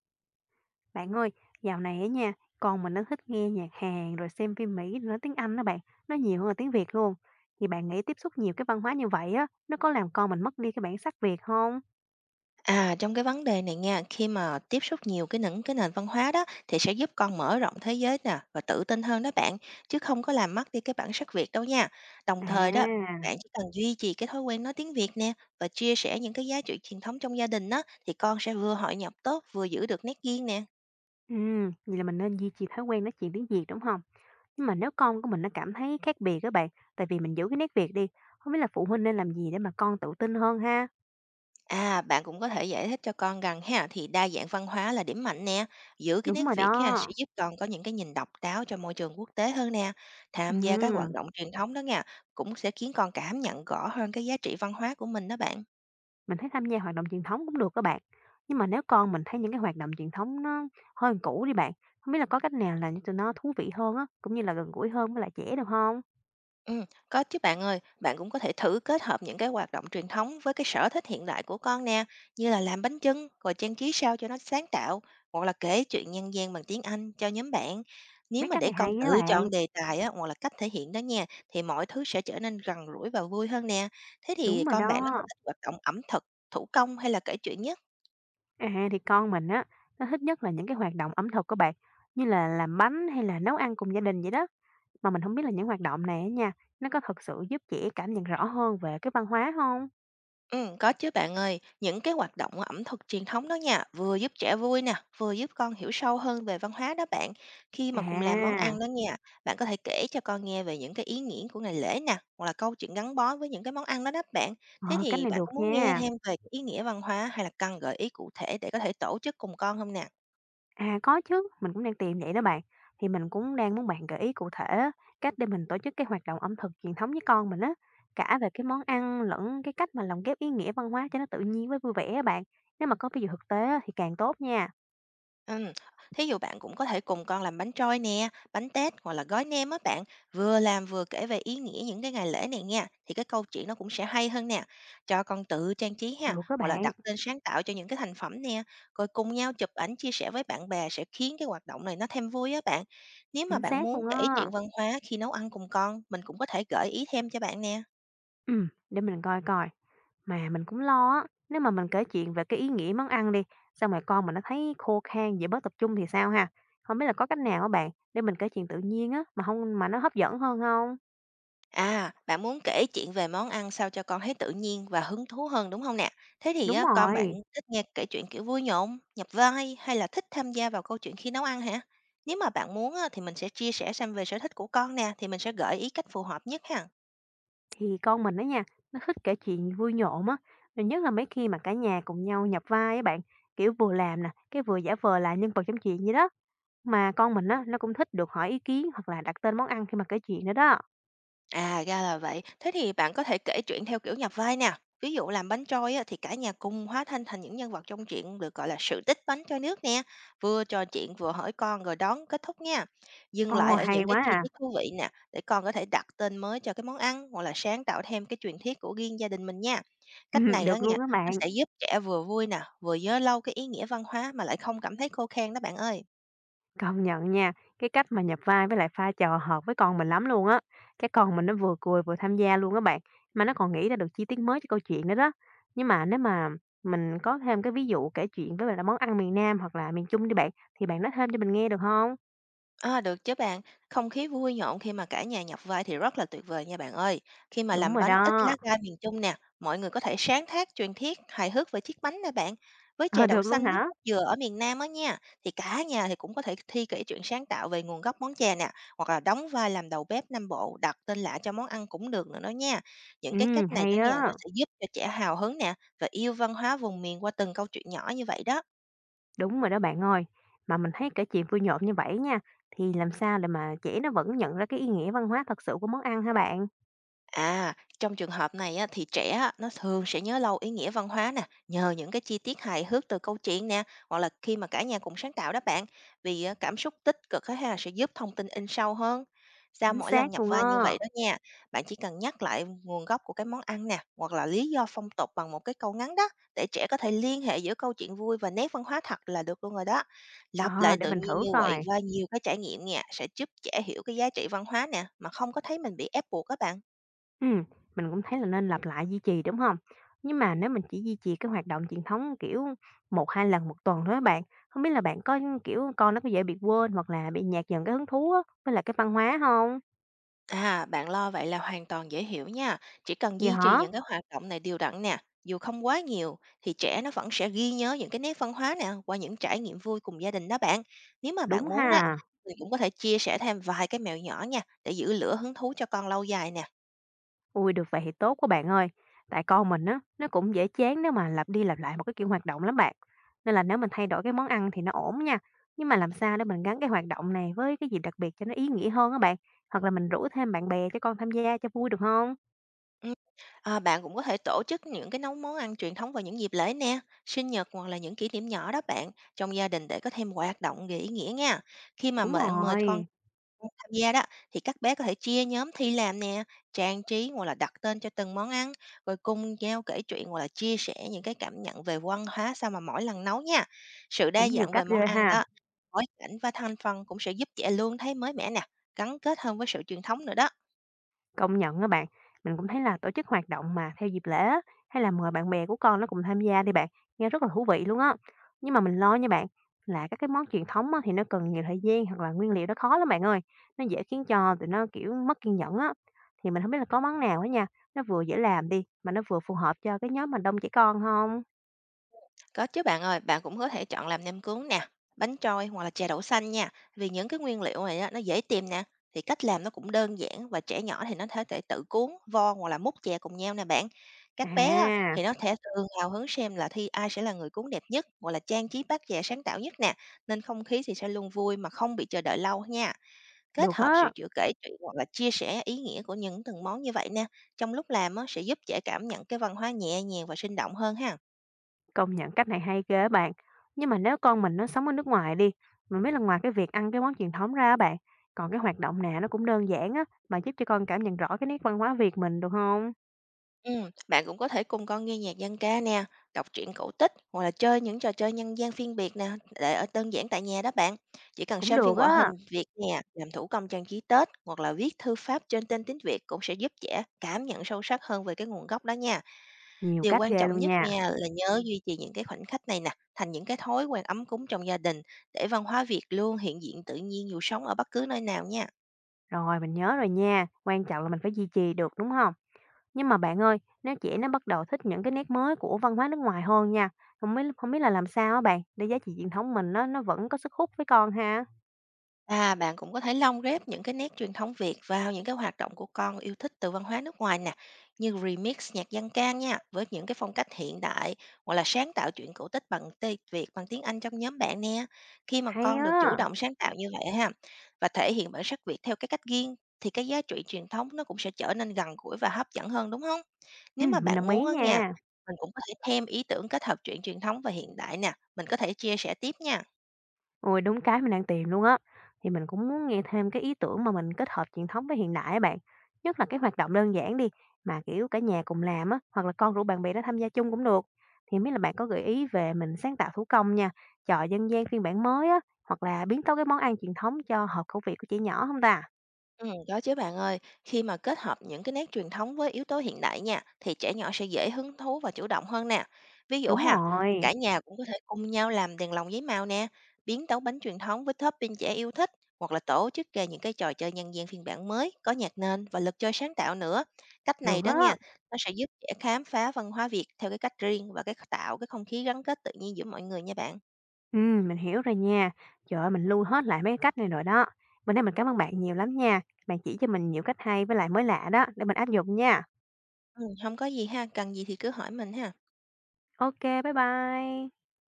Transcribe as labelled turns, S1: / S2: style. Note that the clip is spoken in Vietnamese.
S1: Bạn ơi, dạo này á nha, con mình nó thích nghe nhạc Hàn rồi xem phim Mỹ rồi nói tiếng Anh đó bạn, nó nhiều hơn là tiếng Việt luôn. Thì bạn nghĩ tiếp xúc nhiều cái văn hóa như vậy á, nó có làm con mình mất đi cái bản sắc Việt không?
S2: À, trong cái vấn đề này nha, khi mà tiếp xúc nhiều những cái nền văn hóa đó thì sẽ giúp con mở rộng thế giới nè và tự tin hơn đó bạn, chứ không có làm mất đi cái bản sắc Việt đâu nha. Đồng thời đó,
S1: À,
S2: bạn chỉ cần duy trì cái thói quen nói tiếng Việt nè và chia sẻ những cái giá trị truyền thống trong gia đình đó thì con sẽ vừa hội nhập tốt, vừa giữ được nét riêng nè.
S1: vậy là mình nên duy trì thói quen nói chuyện tiếng Việt đúng không? Nhưng mà nếu con của mình nó cảm thấy khác biệt các bạn, tại vì mình giữ cái nét Việt đi, không biết là phụ huynh nên làm gì để mà con tự tin hơn ha?
S2: À, bạn cũng có thể giải thích cho con rằng ha thì đa dạng văn hóa là điểm mạnh nè, giữ cái
S1: Đúng
S2: nét
S1: rồi
S2: Việt ha
S1: đó.
S2: sẽ giúp con có những cái nhìn độc đáo cho môi trường quốc tế hơn nè. Tham gia các hoạt
S1: Ừm.
S2: động truyền thống đó nha, cũng sẽ khiến con cảm nhận rõ hơn cái giá trị văn hóa của mình đó bạn.
S1: Mình thấy tham gia hoạt động truyền thống cũng được các bạn. Nhưng mà nếu con mình thấy những cái hoạt động truyền thống nó hơi cũ đi bạn, không biết là có cách nào làm cho tụi nó thú vị hơn á, cũng như là gần gũi hơn với lại trẻ được không?
S2: Có chứ bạn ơi, bạn cũng có thể thử kết hợp những cái hoạt động truyền thống với cái sở thích hiện đại của con nè, như là làm bánh chưng, rồi trang trí sao cho nó sáng tạo, hoặc là kể chuyện nhân gian bằng tiếng Anh cho nhóm bạn. Nếu
S1: Mấy
S2: mà
S1: cách
S2: để
S1: này
S2: con
S1: hay á
S2: tự
S1: bạn.
S2: chọn đề tài á, hoặc là cách thể hiện đó nha, thì mọi thứ sẽ trở nên gần gũi và vui hơn nè. Thế thì
S1: Đúng rồi
S2: con bạn nó có
S1: đó.
S2: thích hoạt động ẩm thực, thủ công hay là kể chuyện nhất?
S1: À, thì con mình á, nó thích nhất là những cái hoạt động ẩm thực các bạn, như là làm bánh hay là nấu ăn cùng gia đình vậy đó. Mà mình không biết là những hoạt động này á nha, nó có thật sự giúp trẻ cảm nhận rõ hơn về cái văn hóa không?
S2: Có chứ bạn ơi, những cái hoạt động ẩm thực truyền thống đó nha, vừa giúp trẻ vui nè, vừa giúp con hiểu sâu hơn về văn hóa đó bạn. Khi mà cùng làm món
S1: À,
S2: ăn đó nha, bạn có thể kể cho con nghe về những cái ý nghĩa của ngày lễ nè, hoặc là câu chuyện gắn bó với những cái món ăn đó đó bạn. Thế
S1: ờ, cách
S2: thì
S1: này
S2: bạn
S1: được
S2: có muốn nghe
S1: nha.
S2: thêm về cái ý nghĩa văn hóa hay là cần gợi ý cụ thể để có thể tổ chức cùng con không nè?
S1: À, có chứ, mình cũng đang tìm vậy đó bạn. Thì mình cũng đang muốn bạn gợi ý cụ thể á, cách để mình tổ chức cái hoạt động ẩm thực truyền thống với con mình á, cả về cái món ăn lẫn cái cách mà lồng ghép ý nghĩa văn hóa cho nó tự nhiên với vui vẻ á bạn. Nếu mà có ví dụ thực tế á, thì càng tốt nha.
S2: Ừm, thí dụ bạn cũng có thể cùng con làm bánh trôi nè, bánh tét hoặc là gói nem á bạn, vừa làm vừa kể về ý nghĩa những cái ngày lễ này nha, thì cái câu chuyện nó cũng sẽ hay hơn nè. Cho con tự trang trí ha,
S1: Được đó
S2: hoặc là
S1: bạn,
S2: đặt tên sáng tạo cho những cái thành phẩm nè, rồi cùng nhau chụp ảnh chia sẻ với bạn bè sẽ khiến cái hoạt động này nó thêm vui á bạn. Nếu mà
S1: chính
S2: bạn
S1: xác
S2: muốn
S1: luôn
S2: kể
S1: á.
S2: chuyện văn hóa khi nấu ăn cùng con, mình cũng có thể gợi ý thêm cho bạn nè.
S1: Ừ, để mình coi coi. Mà mình cũng lo á, nếu mà mình kể chuyện về cái ý nghĩa món ăn đi, xong rồi con mình nó thấy khô khan, dễ bớt tập trung thì sao ha? Không biết là có cách nào á bạn, để mình kể chuyện tự nhiên á, mà không mà nó hấp dẫn hơn không?
S2: À, bạn muốn kể chuyện về món ăn sao cho con thấy tự nhiên và hứng thú hơn, đúng không nè? Thế thì
S1: Đúng
S2: á, con bạn
S1: rồi.
S2: thích nghe kể chuyện, kiểu, vui nhộn, nhập vai hay là thích tham gia vào câu chuyện khi nấu ăn hả? Nếu mà bạn muốn á, thì mình sẽ chia sẻ xem về sở thích của con nè, thì mình sẽ gợi ý cách phù hợp nhất ha.
S1: Thì con mình đó nha, nó thích kể chuyện vui nhộn á, rồi nhất là mấy khi mà cả nhà cùng nhau nhập vai á bạn, kiểu vừa làm nè, cái vừa giả vờ là nhân vật trong chuyện vậy đó. Mà con mình á, nó cũng thích được hỏi ý kiến hoặc là đặt tên món ăn khi mà kể chuyện nữa đó.
S2: À, ra là vậy. Thế thì bạn có thể kể chuyện theo kiểu nhập vai nè. Ví dụ làm bánh trôi á, thì cả nhà cùng hóa thân thành những nhân vật trong truyện được gọi là sự tích bánh trôi nước nè. Vừa trò chuyện vừa hỏi con rồi đón kết thúc nha. Dừng
S1: Ồ,
S2: lại ở
S1: hay
S2: những cái
S1: quá
S2: chi
S1: à.
S2: tiết thú vị nè để con có thể đặt tên mới cho cái món ăn hoặc là sáng tạo thêm cái truyền thuyết của riêng gia đình mình nha. Cách này đó
S1: Được
S2: nha,
S1: luôn á
S2: nó
S1: bạn.
S2: sẽ giúp trẻ vừa vui nè, vừa nhớ lâu cái ý nghĩa văn hóa mà lại không cảm thấy khô khan đó bạn ơi.
S1: Công nhận nha, cái cách mà nhập vai với lại pha trò hợp với con mình lắm luôn á. Cái con mình nó vừa cười vừa tham gia luôn á bạn, mà nó còn nghĩ ra được chi tiết mới cho câu chuyện nữa đó. Nhưng mà nếu mình có thêm cái ví dụ kể chuyện với lại là món ăn miền Nam hoặc là miền Trung đi bạn, thì bạn nói thêm cho mình nghe được không?
S2: À, được chứ bạn. Không khí vui nhộn khi mà cả nhà nhập vai thì rất là tuyệt vời nha bạn ơi. Khi mà
S1: Đúng
S2: làm
S1: rồi
S2: bánh ít lá
S1: đó.
S2: gai miền Trung nè, mọi người có thể sáng tác truyền thuyết hài hước về chiếc bánh nè bạn. Với
S1: Ờ,
S2: chè đậu
S1: được
S2: xanh
S1: luôn
S2: với
S1: hả?
S2: cốt dừa ở miền Nam á nha, thì cả nhà cũng có thể thi kể chuyện sáng tạo về nguồn gốc món chè nè, hoặc là đóng vai làm đầu bếp Nam Bộ, đặt tên lạ cho món ăn cũng được nữa đó nha. Những cái cách này đó
S1: Hay
S2: nha, nó
S1: á.
S2: sẽ giúp cho trẻ hào hứng nè và yêu văn hóa vùng miền qua từng câu chuyện nhỏ như vậy đó.
S1: Đúng rồi đó bạn ơi. Mà mình thấy kể chuyện vui nhộn như vậy nha, thì làm sao để mà trẻ nó vẫn nhận ra cái ý nghĩa văn hóa thật sự của món ăn hả bạn?
S2: À, trong trường hợp này á, thì trẻ á, nó thường sẽ nhớ lâu ý nghĩa văn hóa nè, nhờ những cái chi tiết hài hước từ câu chuyện nè, hoặc là khi mà cả nhà cùng sáng tạo đó bạn, vì á, cảm xúc tích cực á ha sẽ giúp thông tin in sâu hơn. Sau
S1: Chính
S2: mỗi lần
S1: xác
S2: nhập
S1: luôn
S2: vai như
S1: á.
S2: vậy đó nha, bạn chỉ cần nhắc lại nguồn gốc của cái món ăn nè, hoặc là lý do phong tục bằng một cái câu ngắn đó, để trẻ có thể liên hệ giữa câu chuyện vui và nét văn hóa thật là được luôn rồi đó. Lặp
S1: Ờ,
S2: lại
S1: để
S2: tự
S1: mình
S2: nhiên
S1: thử
S2: như vậy
S1: coi.
S2: qua nhiều cái trải nghiệm nha, sẽ giúp trẻ hiểu cái giá trị văn hóa nè, mà không có thấy mình bị ép buộc các bạn.
S1: Ừm, mình cũng thấy là nên lặp lại duy trì, đúng không? Nhưng mà nếu mình chỉ duy trì cái hoạt động truyền thống, kiểu, 1 2 lần 1 tuần thôi á bạn, không biết là bạn có, kiểu, con nó có dễ bị quên hoặc là bị nhạt dần cái hứng thú á, với là cái văn hóa không?
S2: À, bạn lo vậy là hoàn toàn dễ hiểu nha. Chỉ cần
S1: Vậy
S2: duy trì
S1: hả?
S2: những cái hoạt động này đều đặn nè, dù không quá nhiều thì trẻ nó vẫn sẽ ghi nhớ những cái nét văn hóa nè qua những trải nghiệm vui cùng gia đình đó bạn. Nếu mà bạn
S1: Đúng
S2: muốn đó,
S1: ha.
S2: thì cũng có thể chia sẻ thêm vài cái mẹo nhỏ nha để giữ lửa hứng thú cho con lâu dài nè.
S1: Ui được vậy thì tốt quá bạn ơi. Tại con mình á, nó cũng dễ chán nếu mà lặp đi lặp lại một cái kiểu hoạt động lắm bạn. Nên là nếu mình thay đổi cái món ăn thì nó ổn nha, nhưng mà làm sao để mình gắn cái hoạt động này với cái gì đặc biệt cho nó ý nghĩa hơn á bạn? Hoặc là mình rủ thêm bạn bè cho con tham gia cho vui được không?
S2: Ừ. À, bạn cũng có thể tổ chức những cái nấu món ăn truyền thống vào những dịp lễ nè, sinh nhật hoặc là những kỷ niệm nhỏ đó bạn trong gia đình để có thêm hoạt động ý nghĩa nha. Khi mà
S1: Đúng
S2: bạn mời con
S1: rồi,
S2: Tham gia đó, thì các bé có thể chia nhóm thi làm nè, trang trí, hoặc là đặt tên cho từng món ăn, rồi cùng nhau kể chuyện hoặc là chia sẻ những cái cảm nhận về văn hóa sau mà mỗi lần nấu nha. Sự
S1: cũng
S2: đa
S1: nhiều
S2: dạng về
S1: cách
S2: món
S1: ghê
S2: ăn
S1: ha.
S2: đó, bối cảnh và thành phần cũng sẽ giúp trẻ luôn thấy mới mẻ nè, gắn kết hơn với sự truyền thống nữa đó.
S1: Công nhận các bạn, mình cũng thấy là tổ chức hoạt động mà theo dịp lễ á, hay là mời bạn bè của con nó cùng tham gia đi bạn, nghe rất là thú vị luôn á. Nhưng mà mình lo nha bạn, là các cái món truyền thống á, thì nó cần nhiều thời gian hoặc là nguyên liệu nó khó lắm bạn ơi. Nó dễ khiến cho tụi nó kiểu mất kiên nhẫn á. Thì mình không biết là có món nào á nha, nó vừa dễ làm đi, mà nó vừa phù hợp cho cái nhóm mà đông trẻ con không?
S2: Có chứ bạn ơi, bạn cũng có thể chọn làm nem cuốn nè, bánh trôi hoặc là chè đậu xanh nha. Vì những cái nguyên liệu này á, nó dễ tìm nè, thì cách làm nó cũng đơn giản và trẻ nhỏ thì nó có thể tự cuốn, vo hoặc là múc chè cùng nhau nè bạn. Các bé á,
S1: À,
S2: thì nó thể thường hào hứng xem là thi ai sẽ là người cuốn đẹp nhất hoặc là trang trí bát chè sáng tạo nhất nè, nên không khí thì sẽ luôn vui mà không bị chờ đợi lâu nha. Kết
S1: được
S2: hợp sự
S1: á.
S2: chữa kể chuyện hoặc là chia sẻ ý nghĩa của những từng món như vậy nè, trong lúc làm á, sẽ giúp trẻ cảm nhận cái văn hóa nhẹ nhàng và sinh động hơn ha.
S1: Công nhận cách này hay ghê á bạn. Nhưng mà nếu con mình nó sống ở nước ngoài đi, mình biết là ngoài cái việc ăn cái món truyền thống ra á bạn, còn cái hoạt động nào nó cũng đơn giản á, mà giúp cho con cảm nhận rõ cái nét văn hóa Việt mình được không?
S2: Bạn cũng có thể cùng con nghe nhạc dân ca nè, đọc truyện cổ tích hoặc là chơi những trò chơi nhân gian phiên Việt nè, để ở đơn giản tại nhà đó bạn. Chỉ cần
S1: Cũng
S2: xem phim
S1: được
S2: hoạt
S1: á,
S2: hình Việt nè, làm thủ công trang trí Tết hoặc là viết thư pháp trên tên tiếng Việt cũng sẽ giúp trẻ cảm nhận sâu sắc hơn về cái nguồn gốc đó nha.
S1: nhiều
S2: Điều
S1: cách
S2: quan
S1: ghê
S2: trọng
S1: luôn
S2: nhất
S1: nha.
S2: nha là nhớ duy trì những cái khoảnh khắc này nè, thành những cái thói quen ấm cúng trong gia đình để văn hóa Việt luôn hiện diện tự nhiên dù sống ở bất cứ nơi nào nha.
S1: Rồi mình nhớ rồi nha, quan trọng là mình phải duy trì được đúng không? Nhưng mà bạn ơi, nếu trẻ nó bắt đầu thích những cái nét mới của văn hóa nước ngoài hơn nha, không biết là làm sao á bạn để giá trị truyền thống mình nó vẫn có sức hút với con ha.
S2: À, bạn cũng có thể lồng ghép những cái nét truyền thống Việt vào những cái hoạt động của con yêu thích từ văn hóa nước ngoài nè, như remix nhạc dân ca nha, với những cái phong cách hiện đại hoặc là sáng tạo truyện cổ tích bằng tiếng Việt bằng tiếng Anh trong nhóm bạn nè. Khi mà
S1: Hay
S2: con được chủ
S1: á.
S2: động sáng tạo như vậy ha và thể hiện bản sắc Việt theo cái cách riêng thì cái giá trị truyền thống nó cũng sẽ trở nên gần gũi và hấp dẫn hơn đúng không?
S1: Ừ,
S2: Nếu mà
S1: mình
S2: bạn
S1: đồng ý
S2: muốn á nha,
S1: nha.
S2: mình cũng có thể thêm ý tưởng kết hợp truyện truyền thống và hiện đại nè, mình có thể chia sẻ tiếp nha.
S1: Ôi, đúng cái mình đang tìm luôn á. Thì mình cũng muốn nghe thêm cái ý tưởng mà mình kết hợp truyền thống với hiện đại á bạn. Nhất là cái hoạt động đơn giản đi, mà kiểu cả nhà cùng làm á, hoặc là con rủ bạn bè đó tham gia chung cũng được. Thì không biết là bạn có gợi ý về mình sáng tạo thủ công nha, trò dân gian phiên bản mới á, hoặc là biến tấu cái món ăn truyền thống cho hợp khẩu vị của trẻ nhỏ không ta?
S2: Có chứ bạn ơi, khi mà kết hợp những cái nét truyền thống với yếu tố hiện đại nha, thì trẻ nhỏ sẽ dễ hứng thú và chủ động hơn nè. Ví dụ
S1: Đúng
S2: ha,
S1: rồi,
S2: cả nhà cũng có thể cùng nhau làm đèn lồng giấy màu nè, biến tấu bánh truyền thống với topping trẻ yêu thích, hoặc là tổ chức ra những cái trò chơi nhân gian phiên bản mới, có nhạc nền và lực chơi sáng tạo nữa. Cách
S1: được
S2: này đó
S1: á.
S2: nha, nó sẽ giúp trẻ khám phá văn hóa Việt theo cái cách riêng và cái tạo cái không khí gắn kết tự nhiên giữa mọi người nha bạn.
S1: Ừ, mình hiểu rồi nha. Trời ơi, mình lưu hết lại mấy cái cách này rồi đó. Bữa nay mình cảm ơn bạn nhiều lắm nha. Bạn chỉ cho mình nhiều cách hay với lại mới lạ đó, để mình áp dụng nha.
S2: Ừ, không có gì ha, cần gì thì cứ hỏi mình ha.
S1: OK, bye bye.